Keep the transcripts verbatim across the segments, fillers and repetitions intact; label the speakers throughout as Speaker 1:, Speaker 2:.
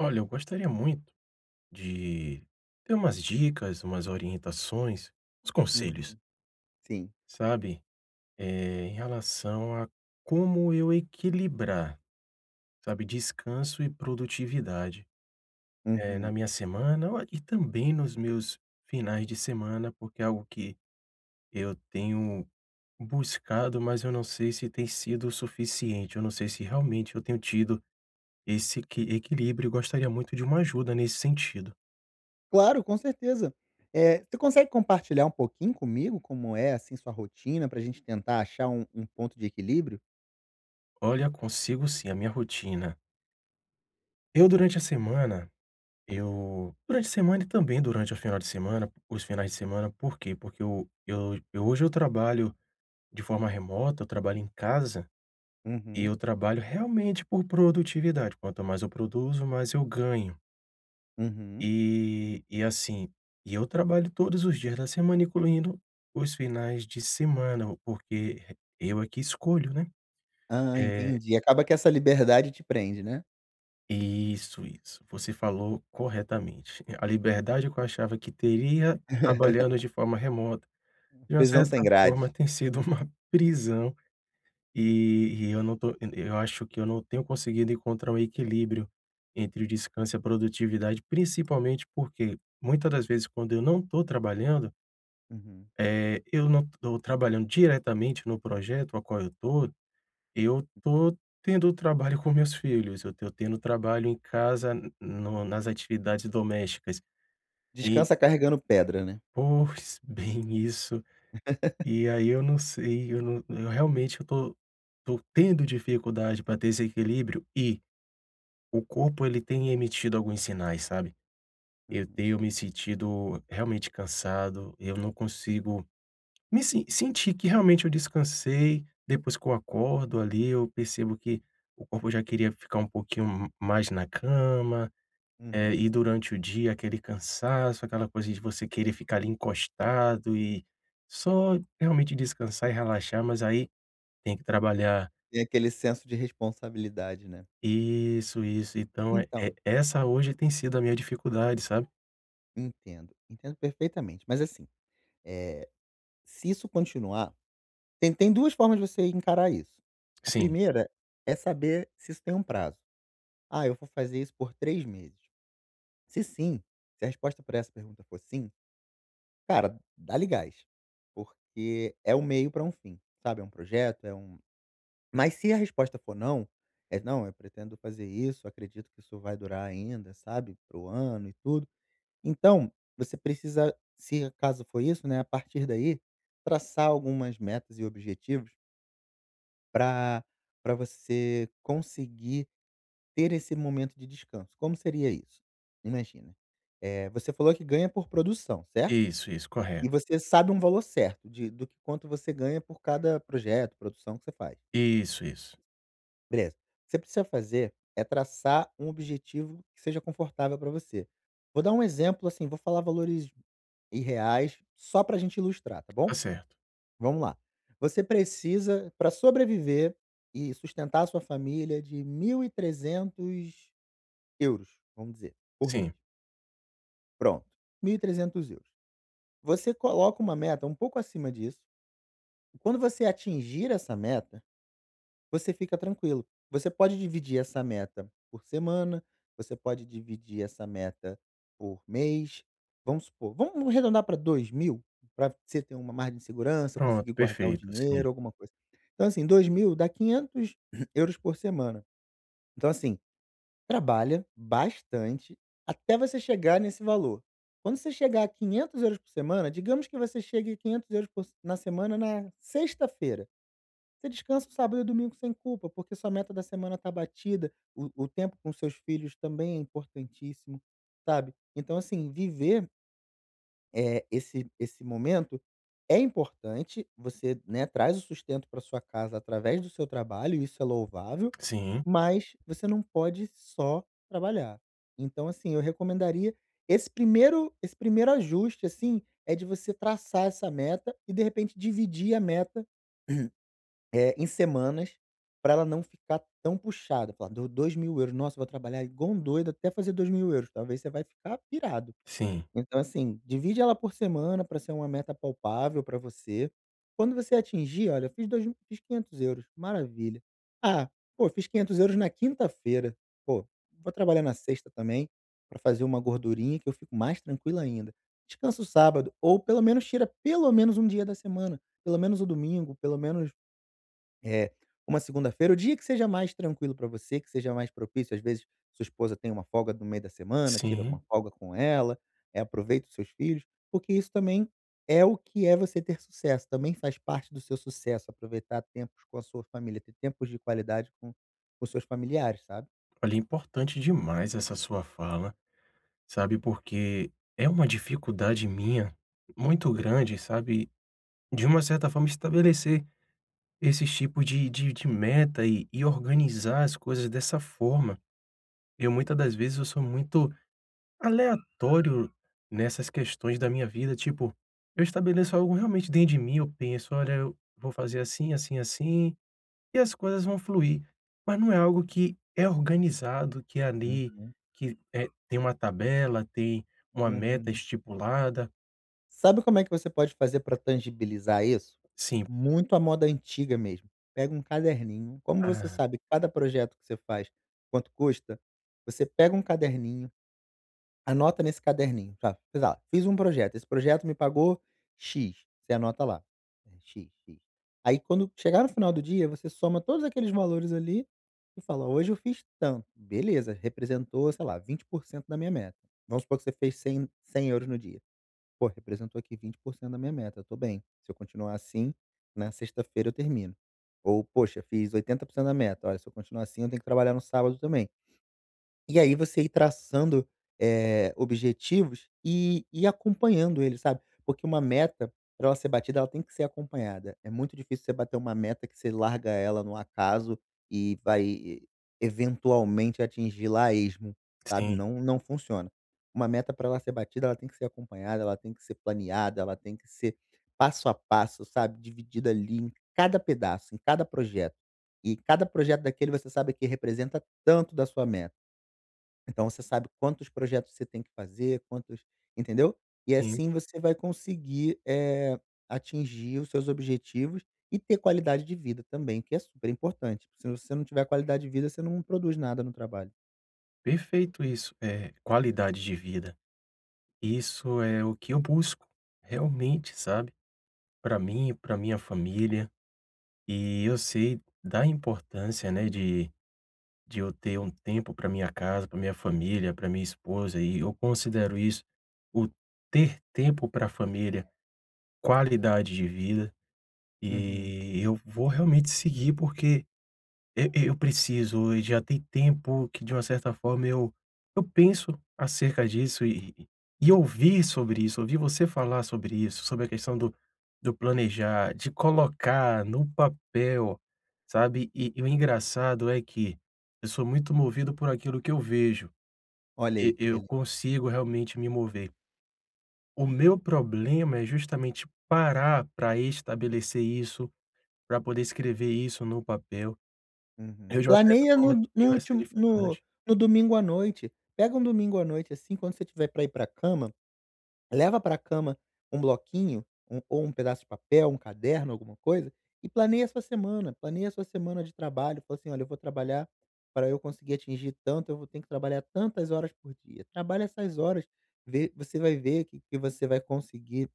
Speaker 1: Olha, eu gostaria muito de ter umas dicas, umas orientações, uns conselhos,
Speaker 2: Uhum. Sim.
Speaker 1: sabe, eh, em relação a como eu equilibrar, sabe, descanso e produtividade, eh, na
Speaker 2: Uhum.
Speaker 1: minha semana ou e também nos meus finais de semana, porque é algo que eu tenho buscado, mas eu não sei se tem sido o suficiente, eu não sei se realmente eu tenho tido esse equi equilíbrio e gostaria muito de uma ajuda nesse sentido.
Speaker 2: Claro, com certeza. Eh, você consegue compartilhar um pouquinho comigo como é, assim, sua rotina para a gente tentar achar um um ponto de equilíbrio?
Speaker 1: Olha, consigo sim, a minha rotina. Eu durante a semana, eu durante a semana e também durante o final de semana os finais de semana, por quê? Porque eu eu eu hoje eu trabalho de forma remota, eu trabalho em casa, e
Speaker 2: Uhum,
Speaker 1: eu trabalho realmente por produtividade, quanto mais eu produzo, mais eu ganho.
Speaker 2: uhum.
Speaker 1: E e assim, e eu trabalho todos os dias da semana, incluindo os finais de semana, porque eu é que escolho, né.
Speaker 2: Ah,
Speaker 1: Eh
Speaker 2: entendi. Acaba que essa liberdade te prende, né?
Speaker 1: Isso, isso. Você falou corretamente. A liberdade que eu achava que teria trabalhando de forma remota, de uma
Speaker 2: Prisão sem
Speaker 1: certa
Speaker 2: grade.
Speaker 1: forma, tem sido uma prisão. E e eu não tô, eu acho que eu não tenho conseguido encontrar um equilíbrio entre o descanso e a produtividade, principalmente porque muitas das vezes quando eu não estou trabalhando,
Speaker 2: Uhum.
Speaker 1: eh, eu não estou trabalhando diretamente no projeto a qual eu tô, eu tô tendo trabalho com meus filhos, eu tô tendo trabalho em casa no nas atividades domésticas e
Speaker 2: Descansa carregando pedra, né?
Speaker 1: pois bem isso, e aí eu não sei, eu não eu realmente eu tô tô tendo dificuldade para ter esse equilíbrio e o corpo ele tem emitido alguns sinais, sabe. Eu
Speaker 2: Uhum,
Speaker 1: tenho me sentido realmente cansado, eu não consigo me sen senti que realmente eu descansei. Depois que eu acordo ali, eu percebo que o corpo já queria ficar um pouquinho mais na cama, eh,
Speaker 2: uhum.
Speaker 1: e durante o dia aquele cansaço, aquela coisa de você querer ficar ali encostado e só realmente descansar e relaxar, mas aí tem que trabalhar.
Speaker 2: Tem aquele senso de responsabilidade, né?
Speaker 1: Isso, isso, então é
Speaker 2: Então,
Speaker 1: é essa hoje tem sido a minha dificuldade, sabe.
Speaker 2: entendo, entendo perfeitamente. Mas assim, eh, se isso continuar. Tem tem duas formas de você encarar isso. A
Speaker 1: Sim,
Speaker 2: primeira é saber se isso tem um prazo. "Ah, eu vou fazer isso por três meses". Se sim, se a resposta para essa pergunta for sim, cara, dá-lhe gás, porque é um meio para um fim, sabe, é um projeto, é um mas se a resposta for não, é: "Não, eu pretendo fazer isso, acredito que isso vai durar ainda, sabe, para o ano e tudo". Então, você precisa se caso for isso, né, a partir daí, traçar algumas metas e objetivos para para você conseguir ter esse momento de descanso. Como seria isso? Imagina, eh, você falou que ganha por produção, certo?
Speaker 1: isso, isso,
Speaker 2: E
Speaker 1: correto.
Speaker 2: você sabe um valor certo de do que quanto você ganha por cada projeto, produção que você faz.
Speaker 1: Isso, isso.
Speaker 2: Beleza. O que você precisa fazer é traçar um objetivo que seja confortável para você. Vou dar um exemplo, assim, vou falar valores irreais só para a gente ilustrar, tá
Speaker 1: Tá
Speaker 2: bom?
Speaker 1: certo.
Speaker 2: Vamos lá. Você precisa, para sobreviver e sustentar a sua família, de mil e trezentos euros, vamos dizer, por mês.
Speaker 1: Sim,
Speaker 2: Pronto, mil e trezentos euros. Você coloca uma meta um pouco acima disso, e quando você atingir essa meta, você fica tranquilo. Você pode dividir essa meta por semana, você pode dividir essa meta por mês. Vamos supor, vamos arredondar para dois mil, para você ter uma margem de segurança,
Speaker 1: pronto,
Speaker 2: conseguir guardar um
Speaker 1: perfeito, sim.
Speaker 2: dinheiro, alguma coisa. Então, assim, dois mil dá quinhentos euros por semana. Então, assim, trabalha bastante até você chegar nesse valor. Quando você chegar a quinhentos euros por semana, digamos que você chegue a quinhentos euros € por- na semana na sexta-feira. Você descansa o sábado e o domingo sem culpa, porque sua meta da semana está batida, o, o tempo com seus filhos também é importantíssimo, sabe? Então, assim, viver é, esse, esse momento é importante, você, né, traz o sustento para sua casa através do seu trabalho, e isso é louvável,
Speaker 1: Sim,
Speaker 2: mas você não pode só trabalhar. Então, assim, eu recomendaria esse primeiro, esse primeiro ajuste, assim, é de você traçar essa meta e, de repente, dividir a meta eh, em semanas, para ela não ficar tão puxada. Falar: "Deu dois mil euros, nossa, eu vou trabalhar igual um doido até fazer dois mil euros, talvez você vai ficar pirado".
Speaker 1: sim.
Speaker 2: Então, assim, divide ela por semana para ser uma meta palpável para você. Quando você atingir, olha, fiz dois fiz quinhentos euros, maravilha. Ah, pô, fiz quinhentos euros na quinta-feira, pô, vou trabalhar na sexta também, para fazer uma gordurinha que eu fico mais tranquilo ainda. Descansa o sábado, ou pelo menos tira pelo menos um dia da semana, pelo menos o domingo, pelo menos é, uma segunda-feira, o dia que seja mais tranquilo para você, que seja mais propício. Às vezes sua esposa tem uma folga no meio da semana, tira uma
Speaker 1: Sim,
Speaker 2: folga com ela, eh, aproveita os seus filhos, porque isso também é o que é você ter sucesso, também faz parte do seu sucesso aproveitar tempos com a sua família, ter tempos de qualidade com com os seus familiares, sabe.
Speaker 1: olha, é importante demais essa sua fala, sabe, porque é uma dificuldade minha muito grande, sabe, de uma certa forma estabelecer esse tipo de de de meta e e organizar as coisas dessa forma. Eu Muitas das vezes eu sou muito aleatório nessas questões da minha vida, tipo, eu estabeleço algo realmente dentro de mim, eu penso: "Olha, eu vou fazer assim, assim, assim". E as coisas vão fluir, mas não é algo que é organizado, que é ali,
Speaker 2: Uhum.
Speaker 1: que, eh, tem uma tabela, tem uma meta
Speaker 2: Uhum.
Speaker 1: estipulada.
Speaker 2: Sabe como é que você pode fazer para tangibilizar isso?
Speaker 1: Sim,
Speaker 2: Muito à moda antiga mesmo. Pega um caderninho, como você
Speaker 1: ah,
Speaker 2: sabe cada projeto que você faz quanto custa, você pega um caderninho, anota nesse caderninho, tá, sei lá, fiz um projeto, esse projeto me pagou "X", você anota lá, é "X, X". Aí quando chegar no final do dia, você soma todos aqueles valores ali e fala: "Hoje eu fiz tanto", beleza, representou, sei lá, vinte por cento da minha meta. Vamos supor que você fez cem euros no dia. Pô, representou aqui vinte por cento da minha meta, eu tô bem. Se eu continuar assim, na sexta-feira eu termino. Ou, poxa, fiz oitenta por cento da meta, olha, se eu continuar assim eu tenho que trabalhar no sábado também. E aí você ir traçando, eh, objetivos e e acompanhando ele, sabe. Porque uma meta, para ela ser batida, ela tem que ser acompanhada. É muito difícil você bater uma meta que você larga ela no acaso e vai eventualmente atingir lá a esmo, sabe.
Speaker 1: sim,
Speaker 2: Não não funciona. Uma meta, para ela ser batida, ela tem que ser acompanhada, ela tem que ser planeada, ela tem que ser passo a passo, sabe, dividida ali em cada pedaço, em cada projeto. E cada projeto daquele você sabe que representa tanto da sua meta. Então você sabe quantos projetos você tem que fazer, quantos, entendeu? E
Speaker 1: sim,
Speaker 2: assim você vai conseguir, eh, atingir os seus objetivos e ter qualidade de vida também, que é super importante. Se você não tiver qualidade de vida, você não produz nada no trabalho.
Speaker 1: perfeito isso, eh, qualidade de vida. Isso é o que eu busco, realmente, sabe, para mim, para minha família, e eu sei da importância, né, de de eu ter um tempo para minha casa, para minha família, para minha esposa, e eu considero isso o ter tempo para a família. Qualidade de vida,
Speaker 2: Uhum.
Speaker 1: e eu vou realmente seguir porque eu eu preciso, e já tem tempo que de uma certa forma eu eu penso acerca disso e e e ouvir sobre isso, ouvir você falar sobre isso, sobre a questão do do planejar, de colocar no papel, sabe, e e o engraçado é que eu sou muito movido por aquilo que eu vejo,
Speaker 2: Olha
Speaker 1: e
Speaker 2: aí que
Speaker 1: eu
Speaker 2: beleza.
Speaker 1: consigo realmente me mover. O meu problema é justamente parar para estabelecer isso para poder escrever isso no papel.
Speaker 2: Uhum.
Speaker 1: Eu, de uma certa
Speaker 2: Planeia
Speaker 1: forma,
Speaker 2: no no
Speaker 1: tenho essa
Speaker 2: último no
Speaker 1: dificuldade.
Speaker 2: no domingo à noite. Pega um domingo à noite, assim, quando você tiver para ir para cama, leva pra cama um bloquinho, um ou um pedaço de papel, um caderno, alguma coisa, e planeia a sua semana. Planeia a sua semana de trabalho. Fala assim: "Olha, eu vou trabalhar para eu conseguir atingir tanto, eu vou ter que trabalhar tantas horas por dia". Trabalha essas horas, vê você vai ver que que você vai conseguir.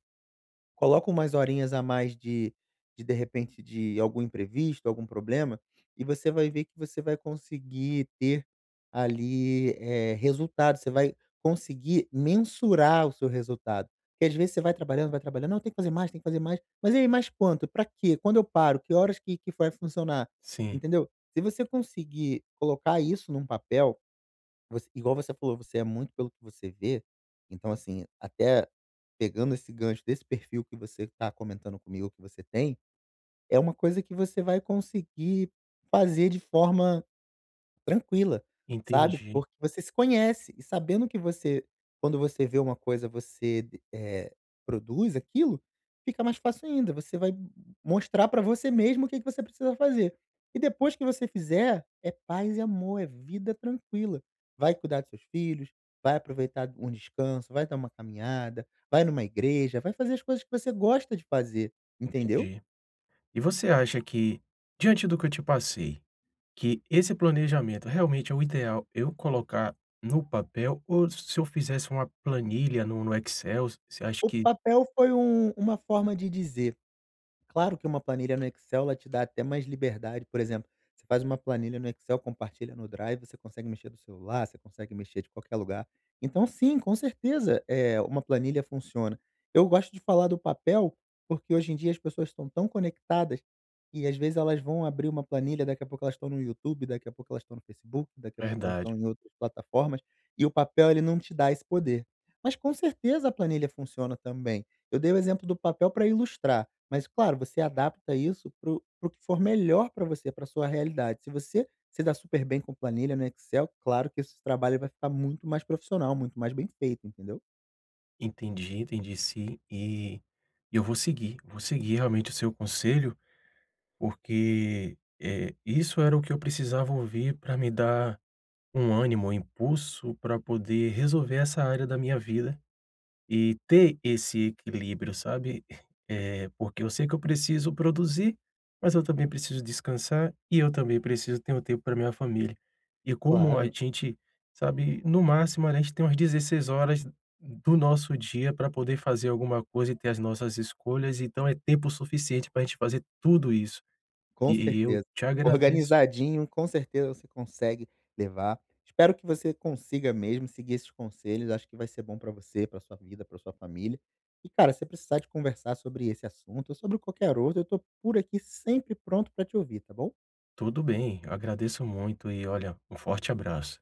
Speaker 2: Coloca umas horinhas a mais, de de de repente, de algum imprevisto, algum problema, e você vai ver que você vai conseguir ter ali, eh, resultado, você vai conseguir mensurar o seu resultado. Porque às vezes você vai trabalhando, vai trabalhando: "Não, tem que fazer mais, tem que fazer mais". Mas e aí, mais quanto? Pra quê? Quando eu paro? Que horas que que vai funcionar?
Speaker 1: Sim,
Speaker 2: Entendeu? Se você conseguir colocar isso num papel, você, igual você falou, você é muito pelo que você vê, então, assim, até pegando esse gancho desse perfil que você está comentando comigo que você tem, é uma coisa que você vai conseguir fazer de forma tranquila, sabe,
Speaker 1: entendi,
Speaker 2: porque você se conhece, e sabendo que você, quando você vê uma coisa, você, eh, produz aquilo, fica mais fácil ainda, você vai mostrar pra você mesmo o que que você precisa fazer. E depois que você fizer, é paz e amor, é vida tranquila. Vai cuidar dos seus filhos, vai aproveitar um descanso, vai dar uma caminhada, vai numa igreja, vai fazer as coisas que você gosta de fazer, entendeu?
Speaker 1: entendi. E você acha que, diante do que eu te passei, que esse planejamento realmente é o ideal eu colocar no papel ou se eu fizesse uma planilha no no Excel, você acha
Speaker 2: O
Speaker 1: que
Speaker 2: papel foi um uma forma de dizer. Claro que uma planilha no Excel, ela te dá até mais liberdade. Por exemplo, você faz uma planilha no Excel, compartilha no Drive, você consegue mexer do celular, você consegue mexer de qualquer lugar. Então, sim, com certeza, é, uma planilha funciona. Eu gosto de falar do papel, porque hoje em dia as pessoas estão tão conectadas, e às vezes elas vão abrir uma planilha, daqui a pouco elas estão no YouTube, daqui a pouco elas estão no Facebook, daqui a
Speaker 1: é
Speaker 2: pouco elas
Speaker 1: verdade.
Speaker 2: estão em outras plataformas, e o papel, ele não te dá esse poder. Mas com certeza a planilha funciona também. Eu dei o exemplo do papel para ilustrar, mas claro, você adapta isso para o que for melhor para você, para sua realidade. Se você se dá super bem com planilha no Excel, claro que esse trabalho vai ficar muito mais profissional, muito mais bem feito, entendeu?
Speaker 1: Entendi, entendi sim. E eu vou seguir, vou seguir realmente o seu conselho, porque, eh, isso era o que eu precisava ouvir para me dar um ânimo, um impulso para poder resolver essa área da minha vida e ter esse equilíbrio, sabe. Eh, porque eu sei que eu preciso produzir, mas eu também preciso descansar e eu também preciso ter um tempo para minha família. E como a
Speaker 2: Claro,
Speaker 1: gente, sabe, no máximo a gente tem umas dezesseis horas do nosso dia para poder fazer alguma coisa e ter as nossas escolhas, então é tempo suficiente para a gente fazer tudo isso.
Speaker 2: com
Speaker 1: E e eu
Speaker 2: certeza.
Speaker 1: te agradeço.
Speaker 2: Organizadinho, com certeza você consegue levar. Espero que você consiga mesmo seguir esses conselhos. Acho que vai ser bom para você, para sua vida, para sua família. E, cara, se precisar de conversar sobre esse assunto ou sobre qualquer outro, eu tô por aqui sempre pronto para te ouvir, tá bom?
Speaker 1: Tudo bem, eu agradeço muito e olha, um forte abraço.